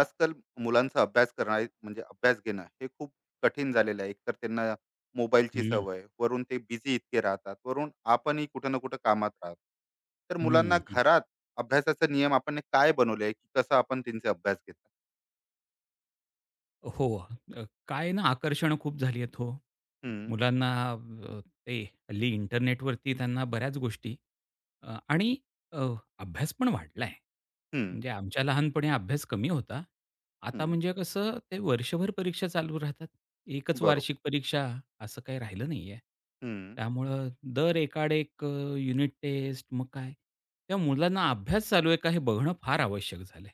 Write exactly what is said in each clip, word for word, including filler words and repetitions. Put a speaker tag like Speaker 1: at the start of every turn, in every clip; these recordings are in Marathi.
Speaker 1: आजकाल मुलांचा अभ्यास करणं म्हणजे अभ्यास घेणं हे खूप कठीण झालेलं आहे. एकतर त्यांना मोबाईलची
Speaker 2: हं,
Speaker 1: सवय, वरून ते बिझी इतके राहतात, वरून आपणही कुठं ना कुठं कामात राहतो. तर मुलांना
Speaker 2: हं, हं.
Speaker 1: घरात अभ्यासाचे नियम आपण ने काय बनवले आहे, की कसं आपण त्यांचा अभ्यास घेतात?
Speaker 2: हो. अ, काय ना आकर्षण खूप झाली आहेत हो.
Speaker 1: हं,
Speaker 2: मुलांना अ, ते हल्ली इंटरनेटवरती त्यांना बऱ्याच गोष्टी अ, आणि अ, अभ्यास पण वाढलाय.
Speaker 1: हं,
Speaker 2: म्हणजे आमच्या लहानपणी अभ्यास कमी होता. आता
Speaker 1: हं.
Speaker 2: म्हणजे कसं ते वर्षभर परीक्षा चालू राहतात. एकच
Speaker 1: बरोबर.
Speaker 2: वार्षिक परीक्षा असं काही राहिलं नाहीये.
Speaker 1: हं.
Speaker 2: त्यामुळं दर एकाआड एक युनिट टेस्ट मग काय. त्या मुलांना अभ्यास चालू आहे का हे बघणं फार आवश्यक झालंय.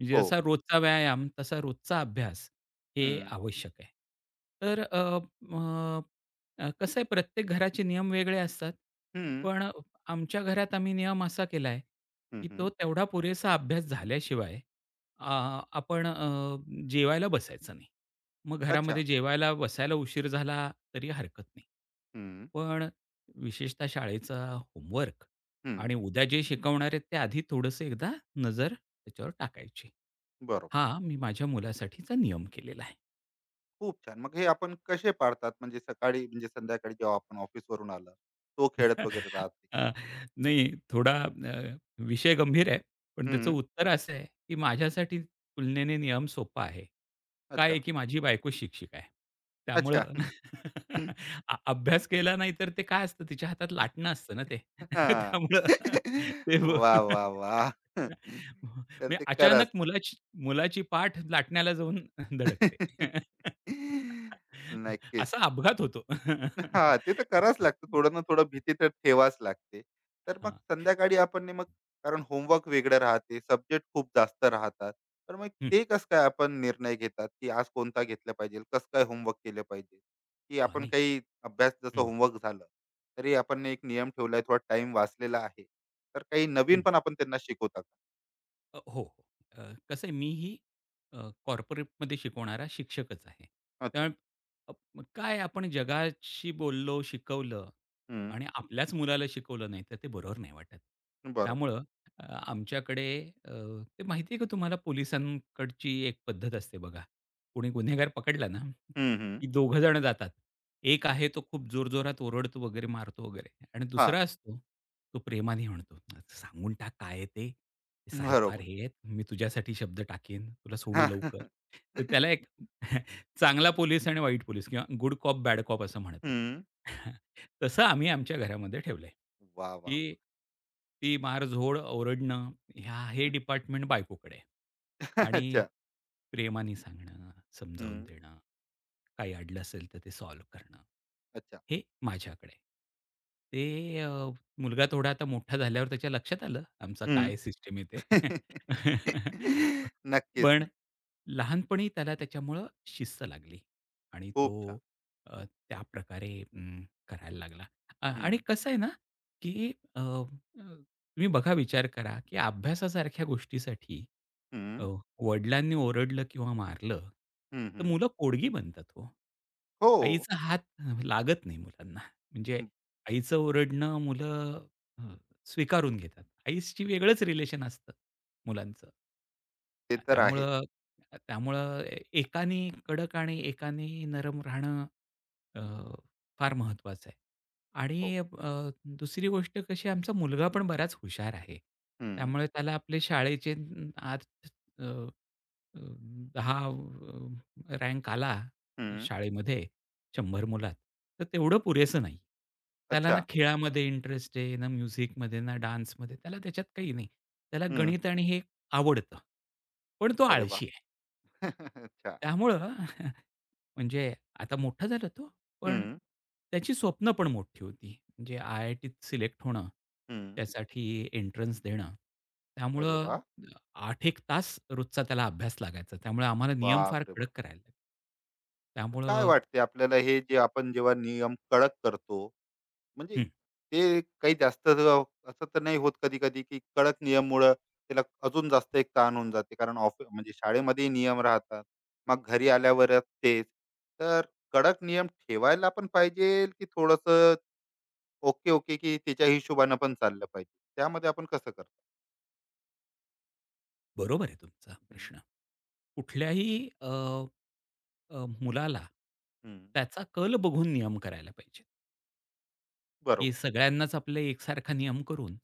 Speaker 2: म्हणजे
Speaker 1: हो.
Speaker 2: जसा रोजचा व्यायाम तसा रोजचा अभ्यास हे
Speaker 1: हं,
Speaker 2: आवश्यक आहे. तर अ, मग अ, कसं आहे प्रत्येक घराचे नियम वेगळे असतात.
Speaker 1: हं,
Speaker 2: पण आमच्या घरात आम्ही नियम असा केला आहे,
Speaker 1: हं,
Speaker 2: की
Speaker 1: हं.
Speaker 2: तो तेवढा पुरेसा अभ्यास झाल्याशिवाय आ, आपण अ, जेवायला बसायचं नाही. मग घरामध्ये
Speaker 1: अच्छा.
Speaker 2: जेवायला बसायला उशीर झाला तरी हरकत नाही.
Speaker 1: हं,
Speaker 2: पण विशेषतः शाळेचा होमवर्क
Speaker 1: हं.
Speaker 2: आणि उद्या जे शिकवणार आहेत ते आधी थोडंसं एकदा नजर त्याच्यावर टाकायची.
Speaker 1: बरोबर.
Speaker 2: हा मी माझ्या मुलासाठीचा नियम केलेला आहे.
Speaker 1: खूप छान. मग हे आपण कसे पाळतात? म्हणजे सकाळी म्हणजे संध्याकाळी जेव्हा आपण ऑफिसवरून आलं, तो खेळत वगैरे राहते.
Speaker 2: अ, नाही थोडा अ, विषय गंभीर आहे. पण त्याचं
Speaker 1: हं.
Speaker 2: उत्तर असं आहे, की माझ्यासाठी तुलनेने नियम सोपा आहे. काय आहे,
Speaker 1: अच्छा.
Speaker 2: की माझी बायको शिक्षिका आहे.
Speaker 1: अच्छा.
Speaker 2: त्यामुळं अ अभ्यास केला नाही तर ते काय असतं तिच्या हातात लाटणं असतं ना ते.
Speaker 1: हां.
Speaker 2: त्यामुळं ते ब
Speaker 1: वाह, वाह, वाह! तर
Speaker 2: म्हणजे
Speaker 1: ते करा.
Speaker 2: अचानक मुलाची मुलाची पाठ लाटण्याला जाऊन धडकते.
Speaker 1: नक्कीच.
Speaker 2: असा अपघात होतो.
Speaker 1: हां, ते तर करावंच लागतं. थोडं ना थोडं भीती तर ठेवावीच लागते. तर मग
Speaker 2: हां.
Speaker 1: संध्याकाळी आपण ने मग कारण होमवर्क वेगळं राहते, सब्जेक्ट खूप जास्त राहतात. तर मग ते कसं काय आपण निर्णय घेतात, की आज कोणता घेतला पाहिजे? कसं काय होमवर्क केलं पाहिजे? की
Speaker 2: हां,
Speaker 1: आपण
Speaker 2: नाही.
Speaker 1: काही अभ्यास जसं
Speaker 2: हं.
Speaker 1: होमवर्क झालं, तरी आपण ने एक नियम ठेवला थोडा टाईम वाचलेला आहे. तर काही नवीन
Speaker 2: हं,
Speaker 1: पण आपण त्यांना शिकवता का?
Speaker 2: अ, हो. हो. अ, कसं आहे मीही अ, कॉर्पोरेटमध्ये शिकवणारा शिक्षकच आहे.
Speaker 1: अच्छा.
Speaker 2: त्यामुळे अ, मग काय आपण जगाशी बोललो, शिकवलं
Speaker 1: हं,
Speaker 2: आणि आपल्याच मुलाला शिकवलं नाही, तर ते बरोबर नाही वाटत.
Speaker 1: बरोबर.
Speaker 2: त्यामुळं अ, आमच्याकडे अ, ते माहिती आहे का तुम्हाला पोलिसांकडची एक पद्धत असते बघा. कोणी गुन्हेगार पकडला ना,
Speaker 1: हं, हं.
Speaker 2: की दोघं जण जातात. एक आहे तो खूप जोरजोरात ओरडतो वगैरे, मारतो वगैरे आणि
Speaker 1: हां,
Speaker 2: दुसरा असतो, तो प्रेमाने म्हणतो, "आता "सांगून टाक काय आहे ते." साहेब फार
Speaker 1: बरोबर.
Speaker 2: हे आहेत. मी तुझ्यासाठी शब्द टाकेन. तुला सोडू लवकर. तर त्याला एक चांगला पोलीस आणि वाईट पोलीस किंवा गुड कॉप, बॅड कॉप असं म्हणतात.
Speaker 1: हं.
Speaker 2: तसं आम्ही आमच्या घरामध्ये ठेवलंय,
Speaker 1: वाह, वाह,
Speaker 2: की
Speaker 1: वाह!
Speaker 2: ती मारझोड, ओरडणं ह्या हे डिपार्टमेंट बायकोकडे आहे. आणि
Speaker 1: अच्छा.
Speaker 2: प्रेमाने सांगणं, समजावून
Speaker 1: हं.
Speaker 2: देणं, काही अडलं असेल तर ते सॉल्व्ह करणं,
Speaker 1: अच्छा.
Speaker 2: हे माझ्याकडे आहे. ते मुलगा थोडा आता मोठा झाल्यावर त्याच्या लक्षात आलं आमचा
Speaker 1: हं.
Speaker 2: काय सिस्टम आहे ते.
Speaker 1: नक्कीच
Speaker 2: पण
Speaker 1: ना.
Speaker 2: लहानपणी त्याला त्याच्यामुळं शिस्त लागली आणि तो
Speaker 1: खूप छान.
Speaker 2: अ, त्या प्रकारे अं, करायला लागला. अ,
Speaker 1: हं,
Speaker 2: आणि कसं आहे ना, की अ, अ, तुम्ही बघा विचार करा, की अभ्यासासारख्या गोष्टीसाठी अ,
Speaker 1: हं,
Speaker 2: वडिलांनी ओरडलं किंवा मारलं,
Speaker 1: हं,
Speaker 2: तर
Speaker 1: हं.
Speaker 2: मुलं पोडगी बनतात हो.
Speaker 1: हो,
Speaker 2: आईचा हात लागत नाही मुलांना. म्हणजे आईचं ओरडणं मुलं अ, स्वीकारून घेतात. आईशी वेगळंच रिलेशन असतं मुलांचं.
Speaker 1: ते
Speaker 2: अ,
Speaker 1: तर आहेच.
Speaker 2: त्यामुळं अ, त्यामुळं ए एकाने कडक आणि एकाने नरम राहणं अ, फार महत्त्वाचं आहे. आणि
Speaker 1: हो.
Speaker 2: अ, दुसरी गोष्ट कशी आमचा मुलगा पण बराच हुशार आहे.
Speaker 1: हं,
Speaker 2: त्यामुळे त्याला आपले शाळेचे अ, अ, अ, दहा अ, रँक आला
Speaker 1: हं.
Speaker 2: शाळेमध्ये शंभर मुलात, तर तेवढं पुरेसं नाही. त्याला ना
Speaker 1: अच्छा.
Speaker 2: खेळामध्ये इंटरेस्ट आहे, ना म्युझिकमध्ये, ना डान्समध्ये. त्याला त्याच्यात काही नाही. त्याला
Speaker 1: हं.
Speaker 2: गणित आणि हे आवडतं. पण तो
Speaker 1: अरे वाह!
Speaker 2: आळशी आहे.
Speaker 1: अच्छा.
Speaker 2: त्यामुळं म्हणजे आता मोठा झाला तो, पण
Speaker 1: हं,
Speaker 2: त्याची स्वप्न पण मोठी होती. म्हणजे आय आय टीत सिलेक्ट होणं,
Speaker 1: हं.
Speaker 2: त्यासाठी एंट्रन्स देणं.
Speaker 1: अरे
Speaker 2: त्यामुळं
Speaker 1: वाह!
Speaker 2: आठ एक तास रोजचा त्याला अभ्यास लागायचा. त्यामुळे आम्हाला नियम फार
Speaker 1: बापरे बाप!
Speaker 2: कडक करायला लागले.
Speaker 1: तर काय
Speaker 2: त्यामुळं
Speaker 1: वाटते आपल्याला हे जे आपण जेव्हा नियम कडक करतो म्हणजे
Speaker 2: हं,
Speaker 1: ते काही जास्त ज- असं तर नाही होत कधी कधी, की कडक नियममुळं त्याला अजून जास्त एक ताण होऊन जाते? कारण ऑफिस म्हणजे शाळेमध्ये नियम राहतात, मग घरी आल्यावर तेच. तर कडक नियम ठेवायला पण पाहिजे की थोडस ओके ओके की त्याच्या हिशोबानं पण चाललं पाहिजे? त्यामध्ये आपण कसं करतो?
Speaker 2: बरोबर आहे तुमचा
Speaker 1: हम्म.
Speaker 2: प्रश्न. कुठल्याही अ, अ, मुलाला
Speaker 1: हम्म,
Speaker 2: त्याचा कल बघून नियम करायला पाहिजे, की
Speaker 1: बरोबर.
Speaker 2: सगळ्यांनाच आपले एकसारखा नियम करून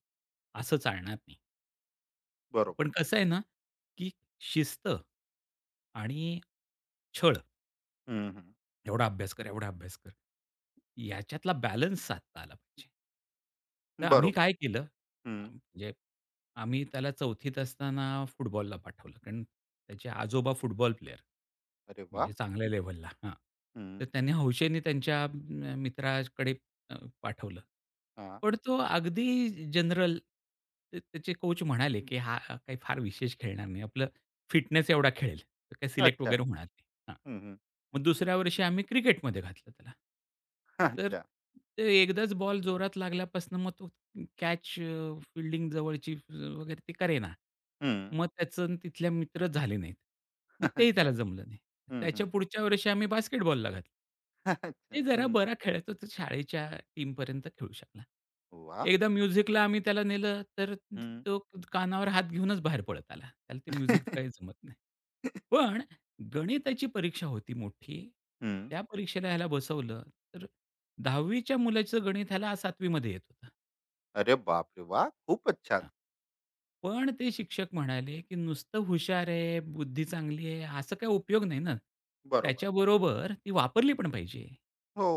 Speaker 2: असं चालणार नाही.
Speaker 1: बरोबर.
Speaker 2: पण कसं आहे ना, की शिस्त आणि छळ
Speaker 1: हम्म, हम्म,
Speaker 2: एवढा अभ्यास कर, एवढा अभ्यास कर. याच्यातला बॅलन्स साधता आला पाहिजे. तर आम्ही
Speaker 1: बरोबर.
Speaker 2: काय केलं, अ,
Speaker 1: हम्म,
Speaker 2: म्हणजे आम्ही त्याला चौथीत असताना फुटबॉलला पाठवलं. कारण त्याचे आजोबा फुटबॉल प्लेयर.
Speaker 1: अरे वा.
Speaker 2: म्हणजे चांगल्या लेव्हलला हां. तर
Speaker 1: हम्म,
Speaker 2: त्यांनी हौशेने त्यांच्या अ, मित्राकडे अ, पाठवलं.
Speaker 1: हा,
Speaker 2: पण तो अगदी जनरल त त्याचे कोच म्हणाले, की "हा काही फार विशेष खेळणार नाही. आपलं फिटनेस एवढा खेळेल. तर काही सिलेक्ट
Speaker 1: अच्छा.
Speaker 2: वगैरे होणार हां.
Speaker 1: हम्म, हम्म,
Speaker 2: मग दुसऱ्या वर्षी आम्ही क्रिकेटमध्ये घातलं त्याला. तर
Speaker 1: अच्छा.
Speaker 2: ते एकदाच बॉल जोरात लागल्यापासून मग तो कॅच अ, फील्डिंग जवळची अ, वगैरे ते करेना.
Speaker 1: हम्म,
Speaker 2: मग त्याचं अन् तिथल्या मित्रच झाले नाहीत. मग तेही त्याला
Speaker 1: अच्छा.
Speaker 2: जमलं नाही.
Speaker 1: हम्म,
Speaker 2: त्याच्या
Speaker 1: हम्म,
Speaker 2: पुढच्या वर्षी आम्ही बास्केटबॉलला घातलं. ते
Speaker 1: अच्छा.
Speaker 2: जरा बरा खेळायचा तो शाळेच्या टीमपर्यंत खेळू शकला.
Speaker 1: वा,
Speaker 2: एकदा म्युझिकला आम्ही त्याला नेलं, तर
Speaker 1: हं.
Speaker 2: तो कानावर हात घेऊनच बाहेर पळत आला. त्याला ते म्युझिक काही जमत नाही. पण गणिताची परीक्षा होती मोठी.
Speaker 1: हं.
Speaker 2: त्या परीक्षेला ह्याला बसवलं, तर दहावी च्या मुलाचं गणित ह्याला सातवी मध्ये येत होतं.
Speaker 1: अरे बापरे! वाह! खूपच
Speaker 2: हां.
Speaker 1: छान.
Speaker 2: पण ते शिक्षक म्हणाले, की "नुसतं हुशार आहे, बुद्धी चांगली आहे, असा काही उपयोग नाही ना.
Speaker 1: बरोबर.
Speaker 2: त्याच्याबरोबर ती वापरली पण पाहिजे."
Speaker 1: हो.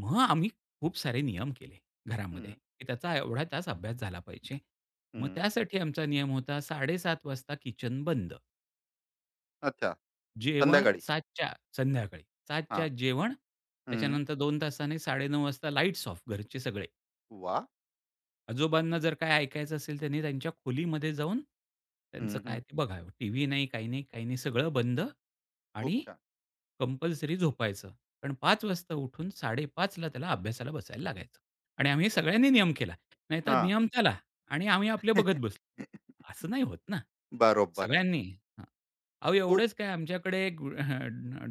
Speaker 2: मग आम्ही खूप सारे नियम केले घरामध्ये,
Speaker 1: हं,
Speaker 2: की त्याचा एवढा तास अभ्यास झाला पाहिजे. मग
Speaker 1: हं.
Speaker 2: त्यासाठी आमचा नियम होता साडेसात वाजता किचन बंद.
Speaker 1: अच्छा.
Speaker 2: जेवण
Speaker 1: संध्याकाळी.
Speaker 2: सातच्या संध्याकाळी सातच्या
Speaker 1: हां.
Speaker 2: जेवण.
Speaker 1: हं.
Speaker 2: त्याच्यानंतर दोन तासाने साडेनऊ वाजता लाईट्स ऑफ घरचे सगळे.
Speaker 1: वाह!
Speaker 2: आजोबांना जर काय ऐकायचं असेल, त्यांनी त्यांच्या खोलीमध्ये जाऊन त्यांचं
Speaker 1: हं, हं.
Speaker 2: काय ते बघावं. टीव्ही नाही, काही नाही, काही नाही. सगळं बंद
Speaker 1: खूप
Speaker 2: आणि
Speaker 1: छान.
Speaker 2: कंपल्सरी झोपायचं. पण पाच वाजता उठून साडेपाच ला त्याला अभ्यासाला बसायला लागायचं. आणि आम्ही
Speaker 1: वाह!
Speaker 2: सगळ्यांनी नियम केला. नाहीतर
Speaker 1: हां.
Speaker 2: नियम त्याला आणि आम्ही आपले बघत बसलो. असं नाही होत ना.
Speaker 1: बरोबर आहे ते.
Speaker 2: सगळ्यांनी अहो,
Speaker 1: खूप
Speaker 2: एवढंच काय आमच्याकडे एक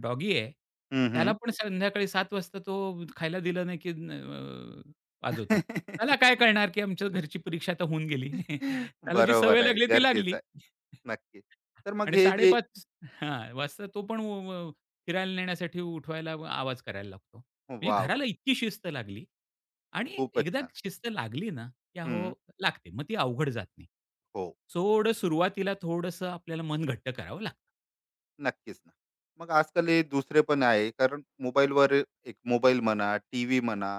Speaker 2: डॉगी आहे.
Speaker 1: हं,
Speaker 2: त्याला
Speaker 1: हं.
Speaker 2: पण संध्याकाळी सात वाजता तो खायला दिलं नाही, की अ, वाजवतो. त्याला काय कळणार, की आमच्या घरची परीक्षा आता होऊन गेली. त्याला जी सवय
Speaker 1: बरोबर आहे.
Speaker 2: लागली ती लागली.
Speaker 1: गरजेचं आहे. नक्कीच. तर मग
Speaker 2: आणि
Speaker 1: हे जे
Speaker 2: साडेपाच हां, वाजता तो पण व व फिरायला नेण्यासाठी उठवायला व आवाज करायला लागतो. म्हणजे
Speaker 1: वाह! वाह!
Speaker 2: घराला इतकी शिस्त लागली आणि
Speaker 1: खूपच
Speaker 2: एकदा
Speaker 1: छान.
Speaker 2: शिस्त लागली ना, की अहो
Speaker 1: हं.
Speaker 2: लागते. मग ती अवघड जात नाही.
Speaker 1: हो.
Speaker 2: थोडं सुरुवातीला थोडंसं आपल्याला मन घट्ट करावं लागतं.
Speaker 1: नक्कीच ना. मग आजकाल हे दुसरे पण आहे कारण मोबाईलवर एक मोबाईल म्हणा, टीव्ही म्हणा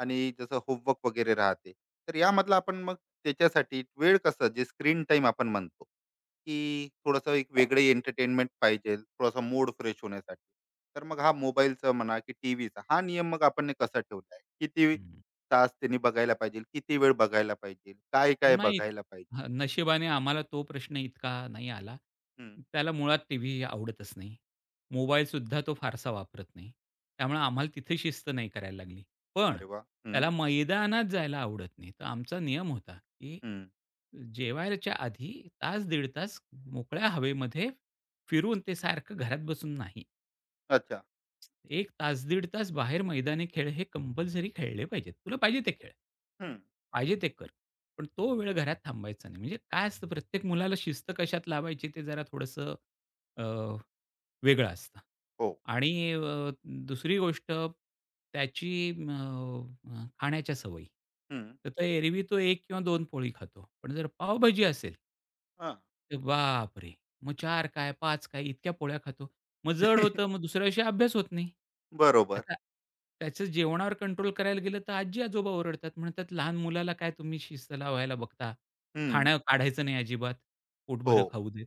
Speaker 1: आणि जसं होमवर्क वगैरे राहते. तर यामधला आपण मग त्याच्यासाठी वेळ कसं जे स्क्रीन टाईम आपण म्हणतो, की थोडंसं एक वेगळे एंटरटेनमेंट पाहिजे, थोडासा मूड फ्रेश होण्यासाठी. तर मग हा मोबाईलचा म्हणा की टीव्हीचा हा नियम मग आपण ने कसा ठेवला आहे? किती
Speaker 2: हं.
Speaker 1: तास त्यांनी बघायला पाहिजे? किती वेळ बघायला पाहिजे? काय-काय
Speaker 2: नाही.
Speaker 1: बघायला पाहिजे?
Speaker 2: हां, नशिबाने आम्हाला तो प्रश्न इतका नाही आला.
Speaker 1: हं.
Speaker 2: त्याला मुळात टीव्ही आवडतच नाही. मोबाईलसुद्धा तो फारसा वापरत नाही. त्यामुळे आम्हाला तिथे शिस्त नाही करायला लागली. पण
Speaker 1: अरे वाह! हं,
Speaker 2: त्याला मैदानात जायला आवडत नाही. तर आमचा नियम होता, की
Speaker 1: हं.
Speaker 2: जेवायच्या आधी तास, दीड तास मोकळ्या हवेमध्ये फिरून ते सारखं घरात बसून नाही.
Speaker 1: अच्छा.
Speaker 2: एक तास, दीड तास बाहेर मैदानी खेळ हे कंपल्सरी खेळले पाहिजेत. तुला पाहिजे ते खेळ.
Speaker 1: हं.
Speaker 2: पाहिजे ते कर. पण तो वेळ घरात थांबायचा नाही. म्हणजे काय असतं प्रत्येक मुलाला शिस्त कशात लावायची ते जरा थोडंसं अ, वेगळं असतं.
Speaker 1: हो.
Speaker 2: आणि अ, दुसरी गोष्ट त्याची अ, अ, खाण्याच्या सवयी. तर तो एरवी तो एक किंवा दोन पोळी खातो. पण जर पावभाजी असेल
Speaker 1: हां.
Speaker 2: तर बापरे! मग चार काय, पाच काय इतक्या पोळ्या खातो. मग जड होतं, मग दुसऱ्या दिवशी अभ्यास होत नाही.
Speaker 1: बरोबर.
Speaker 2: आता त्याचं जेवणावर कंट्रोल करायला गेलं तर आजी-आजोबा ओरडतात. म्हणतात, "लहान मुलाला काय तुम्ही शिस्त लावायला बघता?
Speaker 1: हं.
Speaker 2: खाणं काढायचं नाही अजिबात.
Speaker 1: हो.
Speaker 2: पोटभरं खाऊ देत."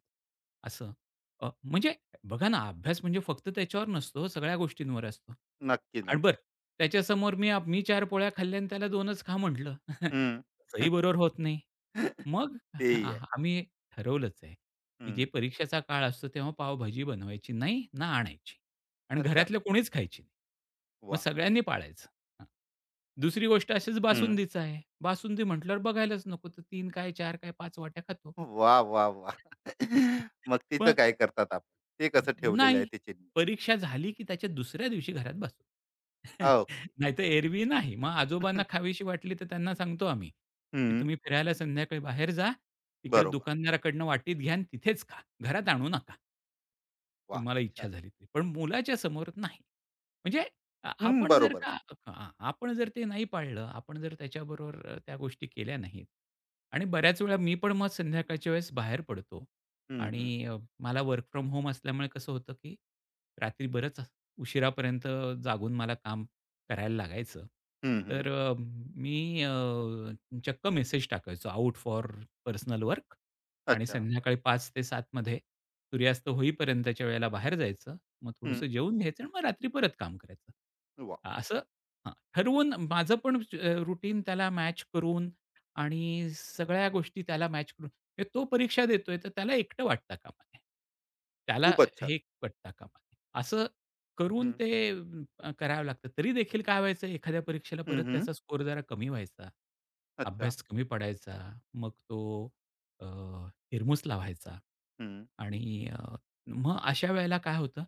Speaker 2: असं. अ, म्हणजे बघा ना, अभ्यास म्हणजे फक्त त्याच्यावर नसतो, सगळ्या गोष्टींवर असतो.
Speaker 1: नक्की,
Speaker 2: आणि
Speaker 1: नक्की.
Speaker 2: बरं त्याच्यासमोर मी आप मी चार पोळ्या खाल्ल्या आणि त्याला दोनच खा म्हटलं.
Speaker 1: हं.
Speaker 2: तसंही बरोबर होत नाही. मग
Speaker 1: तेही
Speaker 2: हां,
Speaker 1: आहे.
Speaker 2: आम्ही ठरवलंच आहे, की जे
Speaker 1: हं.
Speaker 2: परीक्षेचा काळ असतो तेव्हा पावभाजी बनवायची नाही ना आणायची. आणि
Speaker 1: अच्छा.
Speaker 2: घरातलं कोणीच खायची नाही. मग
Speaker 1: वा,
Speaker 2: सगळ्यांनी पाळायचं. हां. दुसरी गोष्ट अशीच
Speaker 1: हं.
Speaker 2: बासुंदीचं आहे. बासुंदी म्हटल्यावर बघायलाच नको. तर तीन काय, चार काय, पाच वाट्या खातो.
Speaker 1: वा, वाह, वाह! मग तिचं
Speaker 2: मग
Speaker 1: काय करतात आपण? ते कसं ठेवलेलं आहे
Speaker 2: नाही.
Speaker 1: ते चिन्ह?
Speaker 2: परीक्षा झाली की त्याच्या दुसऱ्या दिवशी घरात बसू.
Speaker 1: हां, ओके.
Speaker 2: नाहीतर एरवी नाही. मग आजोबांना खावीशी वाटली तर त्यांना सांगतो आम्ही, की
Speaker 1: हं.
Speaker 2: तुम्ही फिरायला संध्याकाळी बाहेर जा. तिकडे
Speaker 1: बरोबर.
Speaker 2: दुकानदाराकडनं वाटीत घ्या आणि तिथेच खा. घरात आणू नका.
Speaker 1: वा,
Speaker 2: तुम्हाला इच्छा
Speaker 1: छान.
Speaker 2: झाली तरी. पण मुलाच्या समोर नाही. म्हणजे आ
Speaker 1: हं,
Speaker 2: आपण जर
Speaker 1: बरोबर आहे.
Speaker 2: का हां, आपण जर ते नाही पाळलं, आपण जर त्याच्याबरोबर अ, त्या गोष्टी केल्या नाहीत आणि बऱ्याच वेळा मी पण मग संध्याकाळच्या वेळेस बाहेर पडतो
Speaker 1: हं,
Speaker 2: आणि
Speaker 1: हं.
Speaker 2: मला वर्क फ्रॉम होम असल्यामुळे कसं होतं, की रात्री बरंच उशिरापर्यंत जागून मला काम करायला लागायचं.
Speaker 1: हं, हं.
Speaker 2: तर अ, मी अ, चक्क मेसेज टाकायचो आउट फॉर पर्सनल वर्क आणि
Speaker 1: अच्छा.
Speaker 2: संध्याकाळी पाच ते सात मध्ये सूर्यास्त होईपर्यंतच्या वेळेला बाहेर जायचं. मग
Speaker 1: हं.
Speaker 2: थोडंसं जेवून घ्यायचं आणि मग रात्री परत काम करायचं.
Speaker 1: वाह!
Speaker 2: अ, असं हां, ठरवून माझं पण रुटीन त्याला मॅच करून आणि सगळ्या गोष्टी त्याला मॅच म्हणजे तो परीक्षा देतोय, तर त्याला एकटं वाटता कामा नये. त्याला
Speaker 1: खूपच छान.
Speaker 2: हे वाटता कामा नये. असं करून
Speaker 1: हं.
Speaker 2: ते अम, अ, करावं लागतं. तरी देखील काय व्हायचं एखाद्या परीक्षेला
Speaker 1: हं,
Speaker 2: परत
Speaker 1: हं.
Speaker 2: त्याचा स्कोर जरा कमी व्हायचा.
Speaker 1: अच्छा.
Speaker 2: अभ्यास कमी पडायचा. मग तो अ, हिरमुसला व्हायचा.
Speaker 1: हं.
Speaker 2: आणि अ, मग अशा वेळेला काय होतं,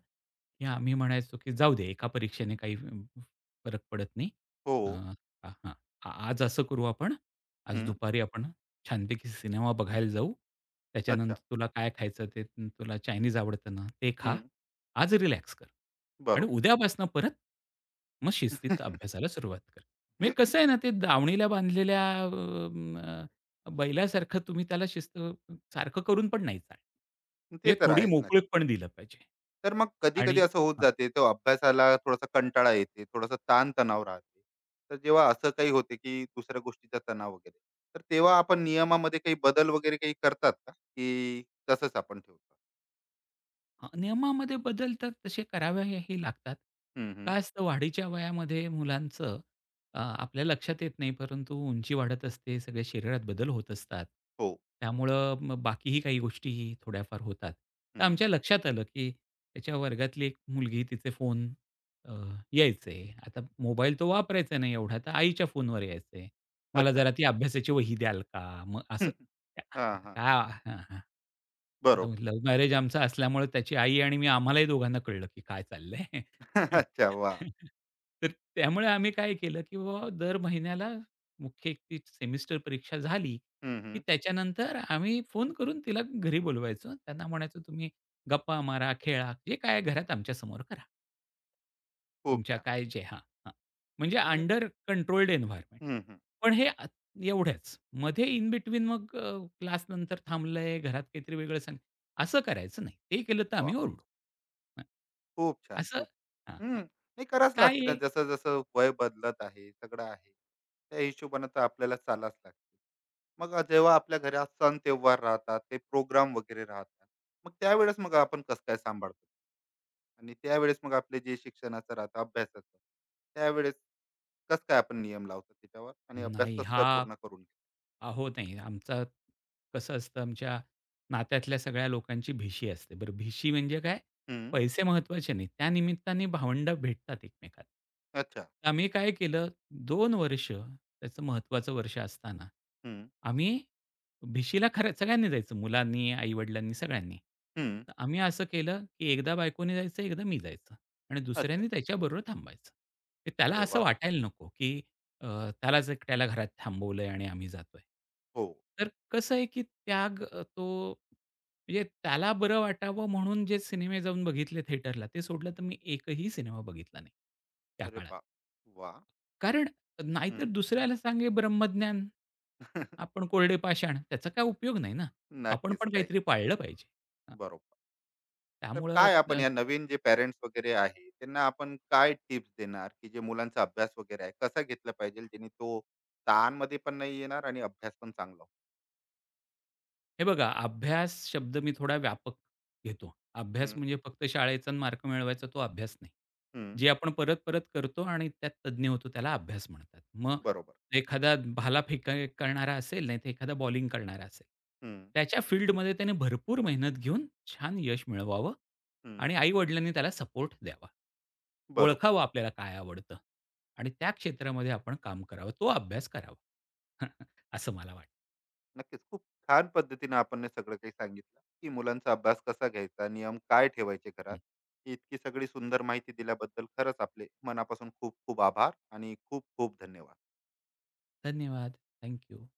Speaker 2: की आम्ही म्हणायचो, की जाऊ दे एका परीक्षेने काही फ- फरक पडत नाही.
Speaker 1: हो.
Speaker 2: अ, हां, आज असं करू आपण. आज
Speaker 1: हं.
Speaker 2: दुपारी आपण छानपैकी सिनेमा बघायला जाऊ. त्याच्यानंतर
Speaker 1: अच्छा.
Speaker 2: तुला काय खायचं ते तुला चायनीज आवडतं ना, ते खा.
Speaker 1: हं.
Speaker 2: आज रिलॅक्स कर आणि
Speaker 1: बरोबर.
Speaker 2: उद्यापासून परत मग शिस्तीत अभ्यासाला सुरुवात कर. म्हणजे कसं आहे ना, ते दावणीला बांधलेल्या अम, अ, बैलासारखं तुम्ही त्याला शिस्त सारखं करून पण नाही चालणार.
Speaker 1: ते
Speaker 2: म्हणजे
Speaker 1: तर
Speaker 2: थोडी
Speaker 1: आहेच.
Speaker 2: मोकळीक पण दिलं पाहिजे
Speaker 1: तर मग कधी-कधी
Speaker 2: आणि
Speaker 1: असं होत जाते, तो अभ्यासाला थोडासा कंटाळा येते, थोडासा ताण-तणाव राहते. तर जेव्हा असं काही होते, की दुसऱ्या गोष्टीचा तणाव वगैरे, तर तेव्हा आपण नियमामध्ये काही बदल वगैरे काही करतात का? की तसंच आपण ठेवतो?
Speaker 2: हां, नियमामध्ये बदल तर तसे करावेही लागतात.
Speaker 1: हं, हं.
Speaker 2: काय असतं वाढीच्या वयामध्ये मुलांचं अ, आपल्या लक्षात येत नाही, परंतु उंची वाढत असते, सगळ्या शरीरात बदल होत असतात.
Speaker 1: हो.
Speaker 2: त्यामुळं मग बाकीही काही गोष्टीही थोड्याफार होतात. तर
Speaker 1: हं.
Speaker 2: आमच्या लक्षात आलं, की त्याच्या वर्गातली एक मुलगी तिचे फोन अ, यायचे. आता मोबाईल तो वापरायचा नाही एवढा, तर आईच्या फोनवर यायचे. मला
Speaker 1: अच्छा.
Speaker 2: जरा ती अभ्यासाची वही द्याल का? मग
Speaker 1: हं,
Speaker 2: असं
Speaker 1: हं.
Speaker 2: आता
Speaker 1: हां, हां.
Speaker 2: काय हां, हां. आता
Speaker 1: बरोबर.
Speaker 2: लव्ह मॅरेज आमचं असल्यामुळे त्याची आई आणि मी आम्हालाही दोघांना कळलं, की काय चाललंय.
Speaker 1: अच्छा. वाह!
Speaker 2: तर त्यामुळे आम्ही काय केलं, की बाबा दर महिन्याला मुख्य एक ती सेमिस्टर परीक्षा झाली,
Speaker 1: हं,
Speaker 2: की
Speaker 1: हं.
Speaker 2: त्याच्यानंतर आम्ही फोन करून तिला घरी बोलवायचो. त्यांना म्हणायचो, "तुम्ही गप्पा मारा, खेळा, जे काय घरात आमच्यासमोर करा."
Speaker 1: खूप
Speaker 2: तुमच्या
Speaker 1: छान.
Speaker 2: काय जे हां, हां. म्हणजे
Speaker 1: आणि
Speaker 2: अंडर कंट्रोल्ड एन्व्हायर्नमेंट.
Speaker 1: हं, हं.
Speaker 2: पण हे अ, एवढंच. मध्ये इन बिटवीन मग क्लास नंतर थांबलंय, घरात काहीतरी वेगळं सांग असं करायचं नाही. ते केलं तर आम्ही
Speaker 1: वाह!
Speaker 2: ओरडू. हं,
Speaker 1: खूप छान,
Speaker 2: असं
Speaker 1: खूप
Speaker 2: हां,
Speaker 1: हं.
Speaker 2: हां.
Speaker 1: नाही करावंच
Speaker 2: काय
Speaker 1: लागते ना,
Speaker 2: आहे?
Speaker 1: जसं-जसं वय बदलत आहे, सगळं आहे. त्या हिशोबानं तर आपल्याला चालाच लागते. मग अ, जेव्हा आपल्या घरात सण तेव्हार राहतात, ते प्रोग्राम वगैरे राहतात. मग त्यावेळेस मग आपण कसं काय सांभाळतो? आणि त्यावेळेस मग आपले जे शिक्षणाचं राहतं, अभ्यासाचं, त्यावेळेस कसं काय आपण नियम लावतो त्याच्यावर आणि अभ्यास
Speaker 2: नाही
Speaker 1: कसं काय
Speaker 2: हा
Speaker 1: पूर्ण करून घेतो?
Speaker 2: अहो, नाही. आमचं कसं असतं, आमच्या नात्यातल्या सगळ्या लोकांची भेशी असते. बरं, भेशी म्हणजे काय?
Speaker 1: हं.
Speaker 2: पैसे महत्त्वाचे नाहीत. त्या निमित्ताने भावंडं भेटतात एकमेकांना.
Speaker 1: अच्छा.
Speaker 2: तर आम्ही काय केलं, दोन वर्ष त्याचं महत्त्वाचं वर्ष असताना,
Speaker 1: हं,
Speaker 2: आम्ही भेशीला खरं सगळ्यांनी जायचं. मुलांनी, आई सगळ्यांनी.
Speaker 1: हं.
Speaker 2: तर आम्ही असं केलं, की एकदा बायकोने जायचं, एकदा मी जायचं आणि दुसऱ्यानी
Speaker 1: अच्छा.
Speaker 2: त्याच्याबरोबर थांबायचं. की त्याला
Speaker 1: अरे
Speaker 2: असं
Speaker 1: वाह!
Speaker 2: वाटायला नको, की अ, त्यालाच एकट्याला घरात थांबवलंय आणि आम्ही जातोय.
Speaker 1: हो.
Speaker 2: तर कसं आहे, की त्याग अ, तो म्हणजे त्याला बरं वाटावं म्हणून जे सिनेमे जाऊन बघितले थिएटरला, ते सोडलं तर मी एकही सिनेमा बघितला नाही त्या
Speaker 1: अरे
Speaker 2: काळात.
Speaker 1: वाह! वाह!
Speaker 2: कारण नाहीतर
Speaker 1: हं.
Speaker 2: दुसऱ्याला सांगे ब्रह्मज्ञान, आपण कोरडे पाषाण, त्याचा काय उपयोग नाही ना. आपण
Speaker 1: नक्कीच.
Speaker 2: पण
Speaker 1: काही
Speaker 2: काहीतरी पाळलं पाहिजे. हां,
Speaker 1: बरोबर. तर
Speaker 2: त्यामुळं
Speaker 1: काय
Speaker 2: अ,
Speaker 1: आपण या नवीन जे पेरेंट्स वगैरे आहे त्यांना आपण काय टिप्स देणार की जे मुलांचा अभ्यास वगैरे आहे कसा घेतला पाहिजे जेणे तो ताणमध्ये पण नाही येणार आणि अभ्यास पण चांगला होईल?
Speaker 2: हे बघा अभ्यास शब्द मी थोडा व्यापक घेतो. अभ्यास
Speaker 1: हम्म,
Speaker 2: म्हणजे फक्त शाळेचा अन् मार्क मिळवायचा तो अभ्यास नाही.
Speaker 1: हम्म,
Speaker 2: जे आपण परत-परत करतो आणि त्यात तज्ञ होतो त्याला अभ्यास म्हणतात. मग
Speaker 1: बरोबर.
Speaker 2: एखादा भालाफेका करणारा असेल, नाहीतर एखादा बॉलिंग करणारा असेल,
Speaker 1: हम्म,
Speaker 2: त्याच्या फील्डमध्ये त्याने भरपूर मेहनत घेऊन छान यश मिळवावं
Speaker 1: हम्म,
Speaker 2: आणि आई त्याला सपोर्ट द्यावा.
Speaker 1: बरोबर.
Speaker 2: ओळखावं आपल्याला काय आवडतं आणि त्या क्षेत्रामध्ये आपण काम करावं. तो अभ्यास करावा. असं मला वाटतं.
Speaker 1: नक्कीच. खूप छान पद्धतीने आपण हे सगळं काही सांगितलं, की मुलांचा अभ्यास कसा घ्यायचा, नियम काय ठेवायचे
Speaker 2: हं.
Speaker 1: घरात. ही इतकी सगळी सुंदर माहिती दिल्याबद्दल खरंच आपले मनापासून खूप खूप आभार आणि खूप खूप धन्यवाद.
Speaker 2: धन्यवाद. थँक